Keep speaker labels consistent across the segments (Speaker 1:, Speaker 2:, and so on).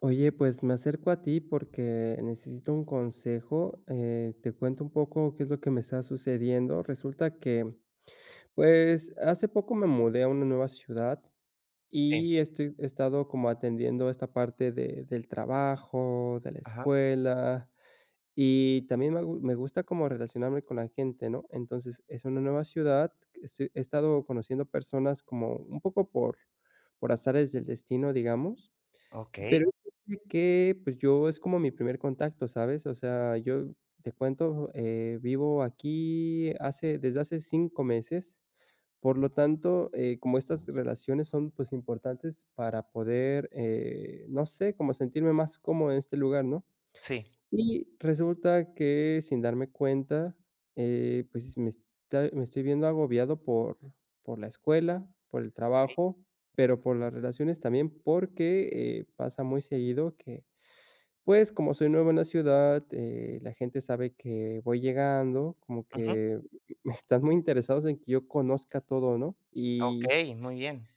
Speaker 1: Oye, pues me acerco a ti porque necesito un consejo. Te cuento un poco qué es lo que me está sucediendo. Resulta que, pues, hace poco me mudé a una nueva ciudad
Speaker 2: Sí,
Speaker 1: y he estado como atendiendo esta parte del trabajo, de la
Speaker 2: ajá,
Speaker 1: escuela y también me gusta como relacionarme con la gente, ¿no? Entonces, es una nueva ciudad. He estado conociendo personas como un poco por azares del destino, digamos,
Speaker 2: okey,
Speaker 1: pero fíjate que, pues, yo es como mi primer contacto, ¿sabes? O sea, yo te cuento, vivo aquí hace desde hace 5 meses, por lo tanto, como estas relaciones son, pues, importantes para poder, no sé, como sentirme más cómodo en este lugar, ¿no?
Speaker 2: sí,
Speaker 1: Y resulta que sin darme cuenta, pues me estoy viendo agobiado por la escuela, por el
Speaker 2: okey,
Speaker 1: trabajo, pero por las relaciones también, porque, pasa muy seguido que, pues, como soy nuevo en la ciudad, la gente sabe que voy llegando, como
Speaker 2: ujú,
Speaker 1: que están muy interesados en que yo conozca todo, ¿no?
Speaker 2: okey, muy bien,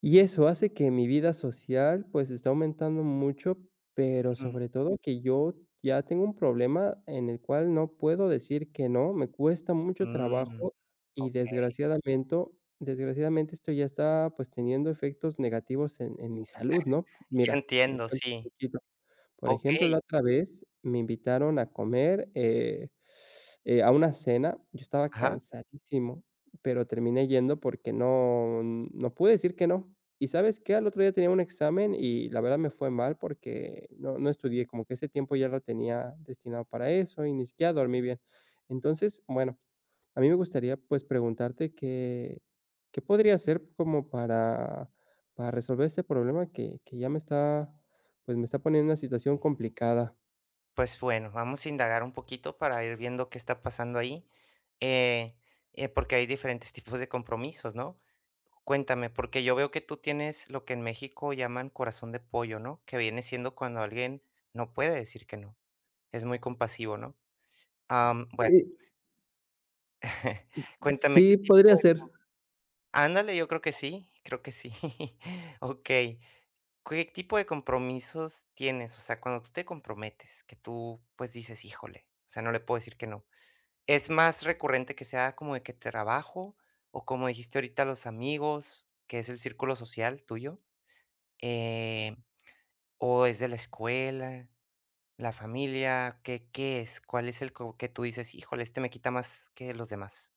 Speaker 1: Y eso hace que mi vida social, pues, está aumentando mucho, pero
Speaker 2: ujú,
Speaker 1: sobre todo que yo ya tengo un problema en el cual no puedo decir que no, me cuesta mucho
Speaker 2: mm,
Speaker 1: trabajo y desgraciadamente, desgraciadamente esto ya está, pues, teniendo efectos negativos en mi salud, ¿no?
Speaker 2: ya
Speaker 1: Mira, te
Speaker 2: entiendo,
Speaker 1: cuento un
Speaker 2: sí,
Speaker 1: poquito. Por ejemplo,
Speaker 2: okey,
Speaker 1: la otra vez me invitaron a comer, a una cena. Yo estaba
Speaker 2: ajá,
Speaker 1: cansadísimo, pero terminé yendo porque no pude decir que no. ¿Y sabes qué? Al otro día tenía un examen y la verdad me fue mal porque no estudié, como que ese tiempo ya lo tenía destinado para eso y ni siquiera dormí bien. Entonces, bueno, a mí me gustaría, pues, preguntarte qué qué podría hacer como para resolver este problema que ya me está, pues, me está poniendo en una situación complicada.
Speaker 2: pues, bueno, vamos a indagar un poquito para ir viendo qué está pasando ahí, eh porque hay diferentes tipos de compromisos, ¿no? Cuéntame, porque yo veo que tú tienes lo que en México llaman corazón de pollo, ¿no? Que viene siendo cuando alguien no puede decir que no, es muy compasivo, ¿no? Bueno,
Speaker 1: Eh,
Speaker 2: cuéntame qué
Speaker 1: sí, podría
Speaker 2: tipo de
Speaker 1: ser.
Speaker 2: Ándale, yo creo que sí, creo que sí. Okey. ¿Qué tipo de compromisos tienes? O sea, cuando tú te comprometes, que tú, pues, dices: "Híjole, o sea, no le puedo decir que no". ¿Es más recurrente que sea como de que trabajo, o como dijiste ahorita, los amigos, que es el círculo social tuyo? Eh, ¿O es de la escuela, la familia? ¿Qué qué es? ¿Cuál es el co que tú dices: "Híjole, este me quita más que los demás"?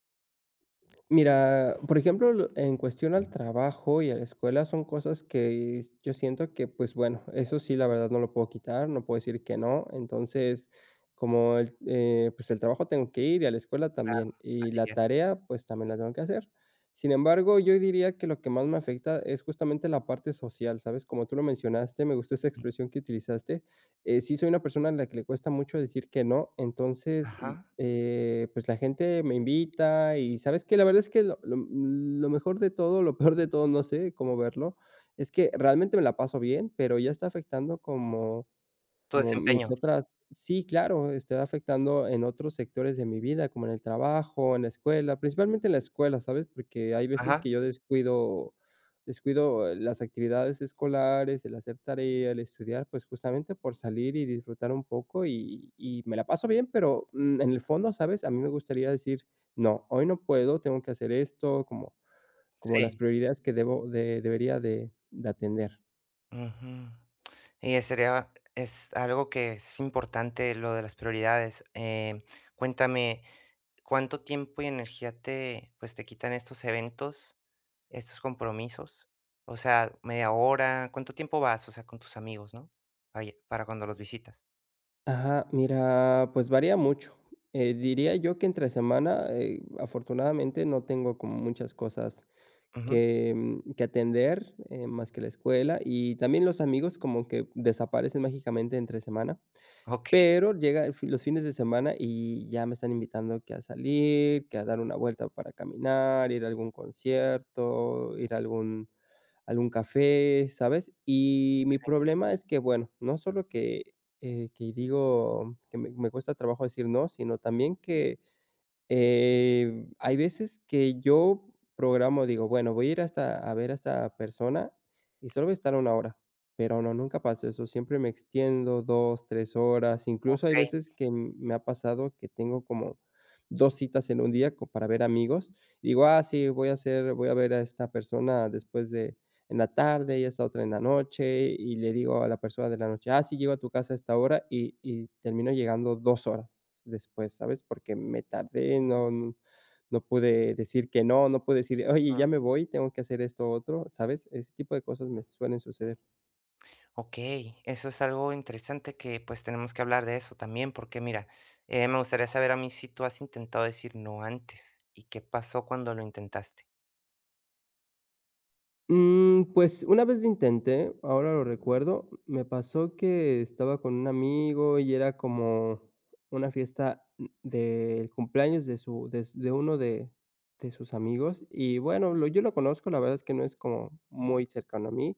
Speaker 1: Mira, por ejemplo, en cuestión al trabajo y a la escuela son cosas que yo siento que, pues bueno, eso sí, la verdad no lo puedo quitar, no puedo decir que no. Entonces, como el, pues el trabajo tengo que ir y a la escuela
Speaker 2: Claro,
Speaker 1: también, y la
Speaker 2: así es.
Speaker 1: tarea, pues también la tengo que hacer. Sin embargo, yo diría que lo que más me afecta es justamente la parte social, ¿sabes? Como tú lo mencionaste, me gustó esa expresión que utilizaste. Sí soy una persona a la que le cuesta mucho decir que no, entonces
Speaker 2: Ajá.
Speaker 1: pues la gente me invita y, ¿sabes que? La verdad es que lo mejor de todo, lo peor de todo, no sé cómo verlo, es que realmente me la paso bien, pero ya está afectando como
Speaker 2: Tu
Speaker 1: como mis
Speaker 2: desempeño.
Speaker 1: otras sí, claro, estoy afectando en otros sectores de mi vida, como en el trabajo, en la escuela, principalmente en la escuela, ¿sabes? Porque hay veces
Speaker 2: Ajá,
Speaker 1: que yo descuido las actividades escolares, el hacer tarea, el estudiar, pues, justamente por salir y disfrutar un poco y me la paso bien, pero, en el fondo, ¿sabes? A mí me gustaría decir: "No, hoy no puedo, tengo que hacer esto", como como las
Speaker 2: sí.
Speaker 1: prioridades que debo de debería de atender.
Speaker 2: Ujú. Y es sería es algo que es importante lo de las prioridades. Cuéntame, ¿cuánto tiempo y energía te, pues, te quitan estos eventos, estos compromisos? O sea, media hora, ¿cuánto tiempo vas? O sea, con tus amigos, ¿no? Ay, para cuando los visitas.
Speaker 1: Ajá, mira, pues varía mucho. Diría yo que entre semana, afortunadamente no tengo como muchas cosas
Speaker 2: Ujú.
Speaker 1: que, que atender, más que la escuela y también los amigos como que desaparecen mágicamente entre semana.
Speaker 2: Ok,
Speaker 1: Pero llega el fin los fines de semana y ya me están invitando que a salir, que a dar una vuelta para caminar, ir a algún concierto, ir a algún café, ¿sabes? Y mi problema es que, bueno, no solo que digo que me cuesta trabajo decir no, sino también que hay veces que yo programo, digo, bueno, voy a ir hasta a ver a esta persona y solo voy a estar una hora, pero no, nunca pasa eso, siempre me extiendo 2, 3 horas, incluso
Speaker 2: ok,
Speaker 1: hay veces que me ha pasado que tengo como 2 citas en un día para ver amigos, y digo, ah, sí, voy a ver a esta persona después de en la tarde y esta otra en la noche, y le digo a la persona de la noche, ah, sí, llego a tu casa a esta hora y termino llegando 2 horas después, ¿sabes? Porque me tardé, no pude decir que no, no pude decir, oye, ya me voy, tengo que hacer esto otro, ¿sabes? Ese tipo de cosas me suelen suceder.
Speaker 2: ok. Eso es algo interesante que pues tenemos que hablar de eso también, porque mira, me gustaría saber a mí si tú has intentado decir no antes y qué pasó cuando lo intentaste.
Speaker 1: Pues, una vez lo intenté, ahora lo recuerdo, me pasó que estaba con un amigo y era como una fiesta, del cumpleaños de su de s de uno de sus amigos y bueno, lo yo lo conozco, la verdad es que no es como muy cercano a mí,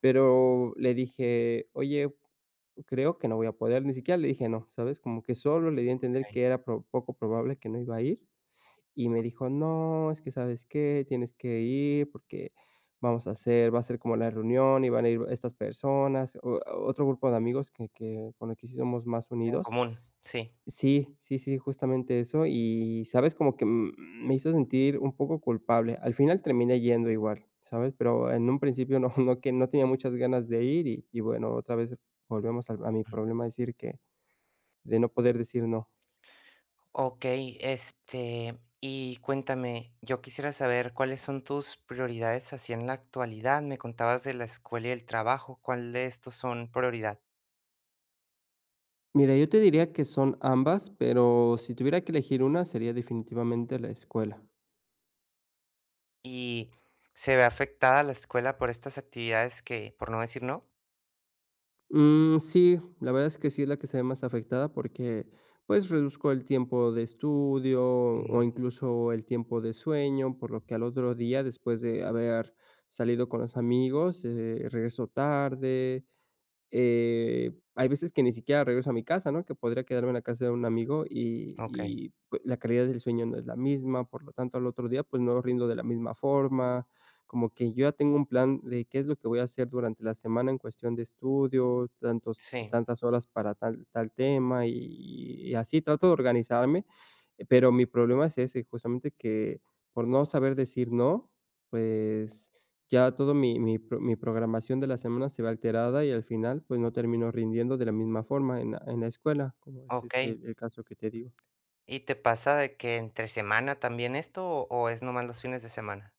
Speaker 1: pero le dije: "Oye, creo que no voy a poder", ni siquiera le dije: "No", ¿sabes? Como que solo le di a entender que era pro poco probable que no iba a ir. Y me dijo: "No, es que, ¿sabes qué? Tienes que ir porque vamos a hacer va a ser como la reunión y van a ir estas personas", o otro grupo de amigos que con el que sí somos más
Speaker 2: En
Speaker 1: unidos.
Speaker 2: común, sí.
Speaker 1: Sí, sí, sí, justamente eso. Y, ¿sabes? Como que, me hizo sentir un poco culpable. Al final terminé yendo igual, ¿sabes? Pero en un principio no no tenía muchas ganas de ir y bueno, otra vez volvemos al a mi problema, decir que de no poder decir no.
Speaker 2: Ok, este, y cuéntame, yo quisiera saber cuáles son tus prioridades así en la actualidad. Me contabas de la escuela y el trabajo, ¿cuál de estos son prioridad?
Speaker 1: Mira, yo te diría que son ambas, pero si tuviera que elegir una, sería definitivamente la escuela.
Speaker 2: ¿Y se ve afectada la escuela por estas actividades que, por no decir no?
Speaker 1: Sí, la verdad es que sí es la que se ve más afectada porque pues reduzco el tiempo de estudio o
Speaker 2: Mm.
Speaker 1: incluso el tiempo de sueño, por lo que al otro día, después de haber salido con los amigos, regreso tarde. Hay veces que ni siquiera regreso a mi casa, ¿no? Que podría quedarme en la casa de un amigo
Speaker 2: Ok,
Speaker 1: y, pues, la calidad del sueño no es la misma, por lo tanto, al otro día, pues, no rindo de la misma forma, como que yo ya tengo un plan de qué es lo que voy a hacer durante la semana en cuestión de estudio, tantos
Speaker 2: sí,
Speaker 1: tantas horas para tal tema y así trato de organizarme, pero mi problema es ese, justamente que por no saber decir no, pues ya todo mi programación de la semana se ve alterada y al final, pues, no termino rindiendo de la misma forma en la escuela, como es,
Speaker 2: ok.
Speaker 1: este, el caso que te digo.
Speaker 2: ¿Y te pasa de que entre semana también esto o es nomás los fines de semana?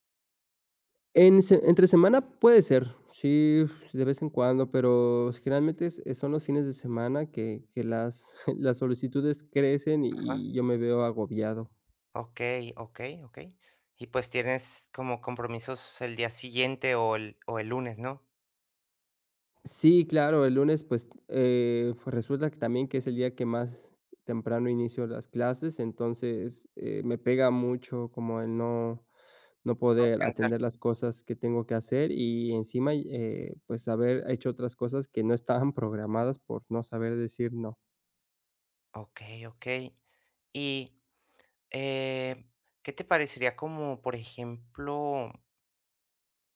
Speaker 1: En se Entre semana puede ser, sí, de vez en cuando, pero generalmente es son los fines de semana que las las solicitudes crecen y yo me veo agobiado.
Speaker 2: Okey, okey, okey. Y, pues, tienes como compromisos el día siguiente o el lunes, ¿no?
Speaker 1: Sí, claro, el lunes, pues, pues, resulta que también que es el día que más temprano inicio las clases, entonces, me pega mucho como el no
Speaker 2: Para
Speaker 1: poder
Speaker 2: descansar.
Speaker 1: atender las cosas que tengo que hacer y encima, pues, haber hecho otras cosas que no estaban programadas por no saber decir no.
Speaker 2: Okey, okey. Y, eh, ¿qué te parecería como, por ejemplo,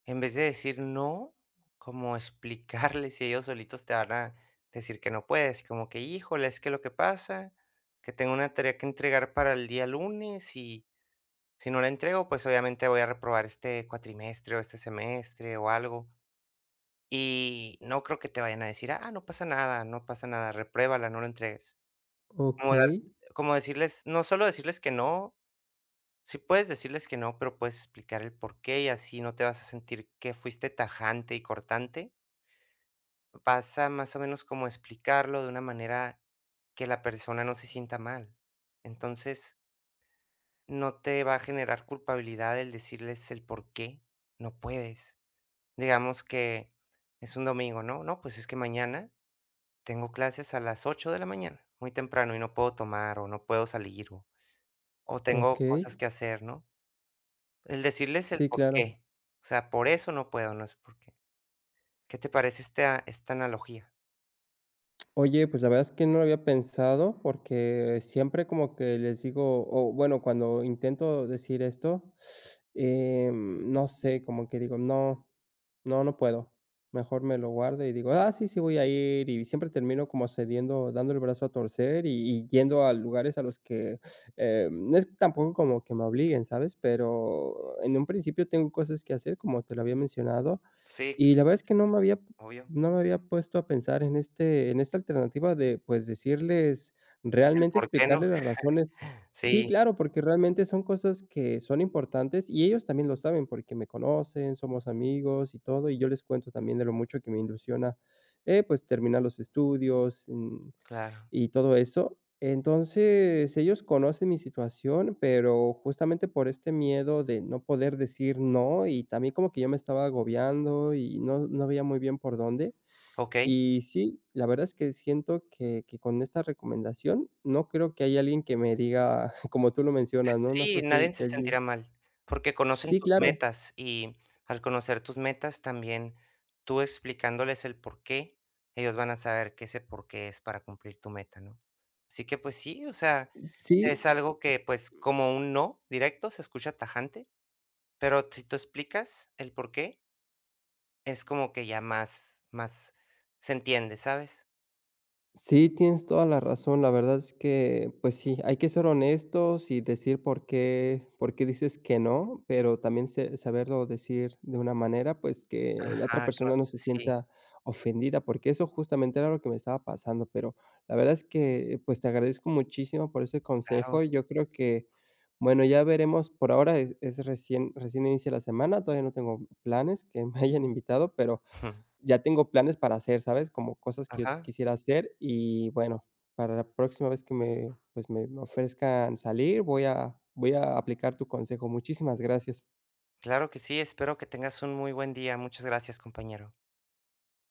Speaker 2: en vez de decir no, como explicarles y ellos solitos te van a decir que no puedes? Como que: "Híjole, es que lo que pasa, que tengo una tarea que entregar para el día lunes y si no la entrego, pues, obviamente voy a reprobar este cuatrimestre o este semestre o algo". Y no creo que te vayan a decir: "Ah, no pasa nada, no pasa nada, repruébala, no lo entregues". Como dar
Speaker 1: Okey,
Speaker 2: como decirles no, solo decirles que no, sí puedes decirles que no, pero puedes explicar el porqué, y así no te vas a sentir que fuiste tajante y cortante. Vas a más o menos como explicarlo de una manera que la persona no se sienta mal. Entonces, no te va a generar culpabilidad el decirles el por qué no puedes. Digamos que es un domingo, ¿no? No, pues es que mañana tengo clases a las 8 de la mañana, muy temprano, y no puedo tomar, o no puedo salir, o tengo
Speaker 1: okey.
Speaker 2: cosas que hacer, ¿no? El decirles el
Speaker 1: Sí, claro.
Speaker 2: porqué, o sea, por eso no puedo, no es por qué. ¿Qué te parece esta analogía?
Speaker 1: Oye, pues la verdad es que no lo había pensado porque siempre como que les digo, o bueno, cuando intento decir esto, no sé, como que digo, no, no, no puedo. Mejor me lo guardo y digo, ah, sí, sí voy a ir y siempre termino como cediendo, dando el brazo a torcer y yendo a lugares a los que no es tampoco como que me obliguen, ¿sabes? Pero en un principio tengo cosas que hacer, como te lo había mencionado.
Speaker 2: Sí,
Speaker 1: Y la verdad es que
Speaker 2: obvio.
Speaker 1: no me había puesto a pensar en en esta alternativa de, pues, decirles,
Speaker 2: El
Speaker 1: realmente
Speaker 2: porqué, ¿no?
Speaker 1: explicarles las razones. Sí,
Speaker 2: Sí,
Speaker 1: claro, porque realmente son cosas que son importantes y ellos también lo saben porque me conocen, somos amigos y todo, y yo les cuento también de lo mucho que me ilusiona, pues, terminar los estudios,
Speaker 2: claro.
Speaker 1: y todo eso. Entonces, ellos conocen mi situación, pero justamente por este miedo de no poder decir no, y también como que yo me estaba agobiando y no veía muy bien por dónde.
Speaker 2: Okey.
Speaker 1: Y sí, la verdad es que siento que con esta recomendación, no creo que haya alguien que me diga, como tú lo mencionas, ¿no? No
Speaker 2: Sí,
Speaker 1: creo que
Speaker 2: nadie se
Speaker 1: que alguien
Speaker 2: sentirá mal, porque conocen
Speaker 1: sí,
Speaker 2: tus
Speaker 1: claro.
Speaker 2: metas, y al conocer tus metas también tú explicándoles el por qué, ellos van a saber que ese por qué es para cumplir tu meta, ¿no? Así que pues sí, o sea, es
Speaker 1: Sí.
Speaker 2: algo que pues como un no directo se escucha tajante, pero si tú explicas el por qué, es como que ya más, más se entiende, ¿sabes?
Speaker 1: Sí, tienes toda la razón. La verdad es que, pues sí, hay que ser honestos y decir por qué dices que no, pero también saberlo decir de una manera, pues que la otra
Speaker 2: Ajá, que no,
Speaker 1: persona no se
Speaker 2: sí,
Speaker 1: sienta ofendida, porque eso justamente era lo que me estaba pasando. Pero la verdad es que, pues te agradezco muchísimo por ese
Speaker 2: claro.
Speaker 1: consejo. Yo creo que, bueno, ya veremos. Por ahora es recién, recién inicia la semana, todavía no tengo planes que me hayan invitado, pero ya tengo planes para hacer, ¿sabes? Como cosas que yo
Speaker 2: Ajá,
Speaker 1: quisiera hacer y bueno, para la próxima vez que me, pues, me ofrezcan salir, voy a aplicar tu consejo. Muchísimas gracias.
Speaker 2: claro que sí, espero que tengas un muy buen día. Muchas gracias, compañero.